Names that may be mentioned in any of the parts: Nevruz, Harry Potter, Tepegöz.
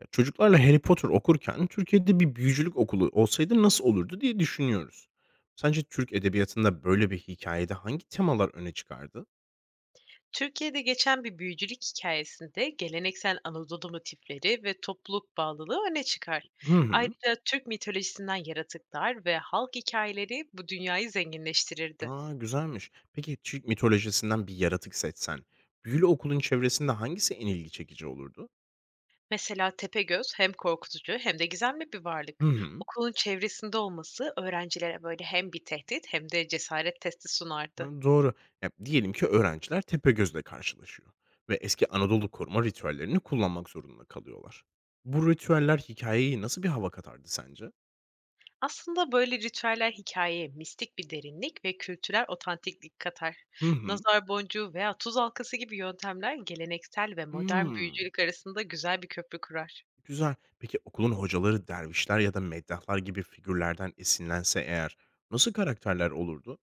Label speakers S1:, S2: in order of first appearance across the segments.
S1: Ya, çocuklarla Harry Potter okurken Türkiye'de bir büyücülük okulu olsaydı nasıl olurdu diye düşünüyoruz. Sence Türk edebiyatında böyle bir hikayede hangi temalar öne çıkardı?
S2: Türkiye'de geçen bir büyücülük hikayesinde geleneksel Anadolu motifleri ve topluluk bağlılığı öne çıkar.
S1: Hı hı.
S2: Ayrıca Türk mitolojisinden yaratıklar ve halk hikayeleri bu dünyayı zenginleştirirdi.
S1: Aa, güzelmiş. Peki Türk mitolojisinden bir yaratık seçsen, büyülü okulun çevresinde hangisi en ilgi çekici olurdu?
S2: Mesela Tepegöz hem korkutucu hem de gizemli bir varlık.
S1: Hı hı.
S2: Okulun çevresinde olması öğrencilere böyle hem bir tehdit hem de cesaret testi sunardı.
S1: Ha, doğru. Ya, diyelim ki öğrenciler Tepegöz'le karşılaşıyor ve eski Anadolu koruma ritüellerini kullanmak zorunda kalıyorlar. Bu ritüeller hikayeyi nasıl bir hava katardı sence?
S2: Aslında böyle ritüeller hikâyeye mistik bir derinlik ve kültürel otantiklik katar.
S1: Hı hı.
S2: Nazar boncuğu veya tuz halkası gibi yöntemler geleneksel ve modern
S1: Hmm.
S2: büyücülük arasında güzel bir köprü kurar.
S1: Güzel. Peki okulun hocaları dervişler ya da meddahlar gibi figürlerden esinlense eğer nasıl karakterler olurdu?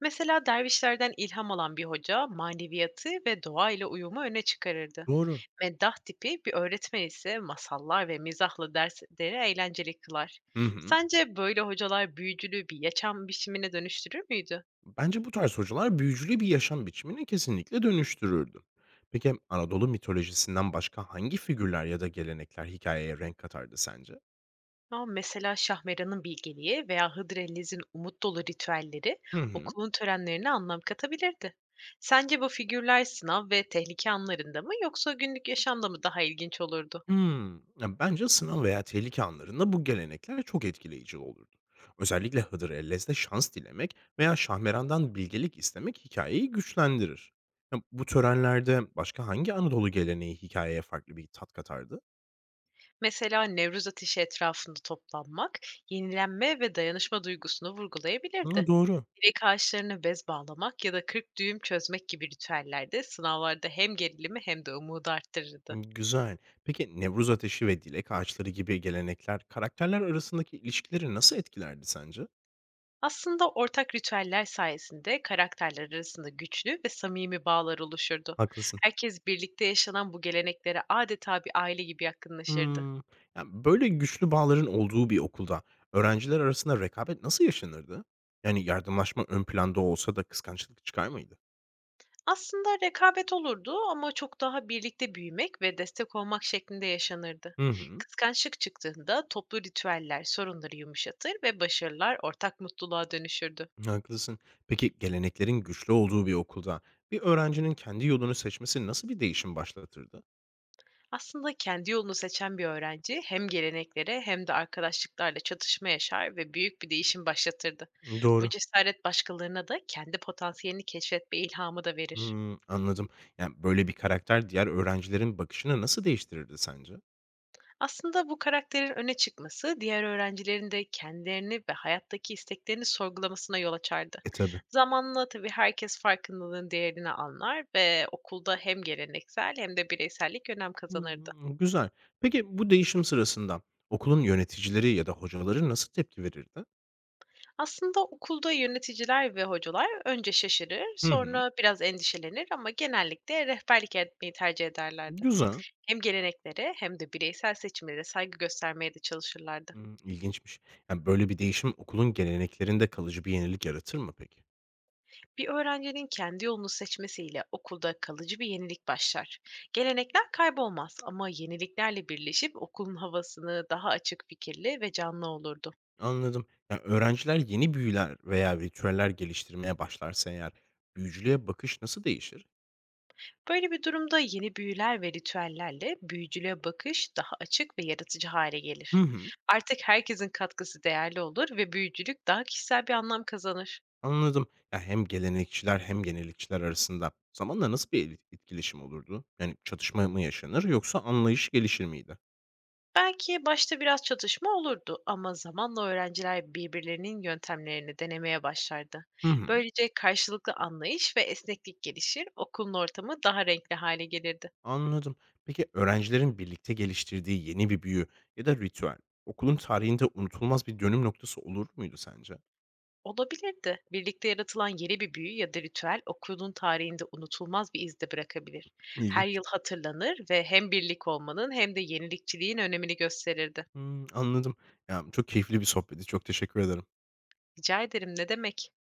S2: Mesela dervişlerden ilham alan bir hoca maneviyatı ve doğa ile uyumu öne çıkarırdı.
S1: Doğru.
S2: Meddah tipi bir öğretmen ise masallar ve mizahla dersleri eğlenceli kılar.
S1: Hı hı.
S2: Sence böyle hocalar büyücülüğü bir yaşam biçimine dönüştürür müydü?
S1: Bence bu tarz hocalar büyücülü bir yaşam biçimini kesinlikle dönüştürürdü. Peki Anadolu mitolojisinden başka hangi figürler ya da gelenekler hikayeye renk katardı sence?
S2: A, mesela Şahmeran'ın bilgeliği veya Hıdrellez'in umut dolu ritüelleri
S1: Hı hı.
S2: okulun törenlerine anlam katabilirdi. Sence bu figürler sınav ve tehlike anlarında mı yoksa günlük yaşamda mı daha ilginç olurdu?
S1: Hımm. Ya, bence sınav veya tehlike anlarında bu gelenekler çok etkileyici olurdu. Özellikle Hıdrellez'de şans dilemek veya Şahmeran'dan bilgelik istemek hikayeyi güçlendirir. Ya, bu törenlerde başka hangi Anadolu geleneği hikayeye farklı bir tat katardı?
S2: Mesela Nevruz ateşi etrafında toplanmak, yenilenme ve dayanışma duygusunu vurgulayabilirdi.
S1: Hıı, doğru.
S2: Direk ağaçlarına bez bağlamak ya da 40 düğüm çözmek gibi ritüeller de sınavlarda hem gerilimi hem de umudu arttırırdı.
S1: Hımm, güzel. Peki Nevruz ateşi ve dilek ağaçları gibi gelenekler karakterler arasındaki ilişkileri nasıl etkilerdi sence?
S2: Aslında ortak ritüeller sayesinde karakterler arasında güçlü ve samimi bağlar oluşurdu.
S1: Haklısın.
S2: Herkes birlikte yaşanan bu geleneklere adeta bir aile gibi yakınlaşırdı.
S1: Hımm. Ya, böyle güçlü bağların olduğu bir okulda öğrenciler arasında rekabet nasıl yaşanırdı? Yani yardımlaşma ön planda olsa da kıskançlık çıkar mıydı?
S2: Aslında rekabet olurdu ama çok daha birlikte büyümek ve destek olmak şeklinde yaşanırdı.
S1: Hı hı.
S2: Kıskançlık çıktığında toplu ritüeller sorunları yumuşatır ve başarılar ortak mutluluğa dönüşürdü.
S1: Haklısın. Peki geleneklerin güçlü olduğu bir okulda bir öğrencinin kendi yolunu seçmesi nasıl bir değişim başlatırdı?
S2: Aslında kendi yolunu seçen bir öğrenci hem geleneklere hem de arkadaşlıklarla çatışma yaşar ve büyük bir değişim başlatırdı. Bu
S1: Doğru.
S2: cesaret başkalarına da kendi potansiyelini keşfetme ilhamı da verir.
S1: Hımm, anladım. Yani böyle bir karakter diğer öğrencilerin bakışını nasıl değiştirirdi sence?
S2: Aslında bu karakterin öne çıkması diğer öğrencilerin de kendilerini ve hayattaki isteklerini sorgulamasına yol açardı.
S1: E, tabii.
S2: Zamanla tabii herkes farkındalığın değerini anlar ve okulda hem geleneksel hem de bireysellik önem kazanırdı.
S1: Hımm, güzel. Peki bu değişim sırasında okulun yöneticileri ya da hocaları nasıl tepki verirdi?
S2: Aslında okulda yöneticiler ve hocalar önce şaşırır,
S1: Hı hı.
S2: sonra biraz endişelenir ama genellikle rehberlik etmeyi tercih ederlerdi.
S1: Güzel.
S2: Hem geleneklere hem de bireysel seçimlere saygı göstermeye de çalışırlardı.
S1: Hımm, ilginçmiş. Yani böyle bir değişim okulun geleneklerinde kalıcı bir yenilik yaratır mı peki?
S2: Bir öğrencinin kendi yolunu seçmesiyle okulda kalıcı bir yenilik başlar. Gelenekler kaybolmaz ama yeniliklerle birleşip okulun havasını daha açık fikirli ve canlı olurdu.
S1: Anladım. Yani öğrenciler yeni büyüler veya ritüeller geliştirmeye başlarsa eğer büyücülüğe bakış nasıl değişir?
S2: Böyle bir durumda yeni büyüler ve ritüellerle büyücülüğe bakış daha açık ve yaratıcı hale
S1: Hı
S2: gelir.
S1: hı,
S2: Artık herkesin katkısı değerli olur ve büyücülük daha kişisel bir anlam kazanır.
S1: anladım. Ya, hem gelenekçiler hem yenilikçiler arasında zamanla nasıl bir eli etkileşim olurdu? Yani çatışma mı yaşanır yoksa anlayış gelişir miydi?
S2: Belki başta biraz çatışma olurdu ama zamanla öğrenciler birbirlerinin yöntemlerini denemeye başlardı.
S1: Hı hı.
S2: Böylece karşılıklı anlayış ve esneklik gelişir, okulun ortamı daha renkli hale gelirdi.
S1: Anladım. Peki öğrencilerin birlikte geliştirdiği yeni bir büyü ya da ritüel okulun tarihinde unutulmaz bir dönüm noktası olur muydu sence?
S2: Olabilirdi. Birlikte yaratılan yeni bir büyü ya da ritüel okulun tarihinde unutulmaz bir iz de bırakabilir. Her
S1: İlginç.
S2: yıl hatırlanır ve hem birlik olmanın hem de yenilikçiliğin önemini gösterirdi.
S1: Hımm, anladım. Ya, çok keyifli bir sohbetti. Çok teşekkür ederim.
S2: Rica ederim, ne demek?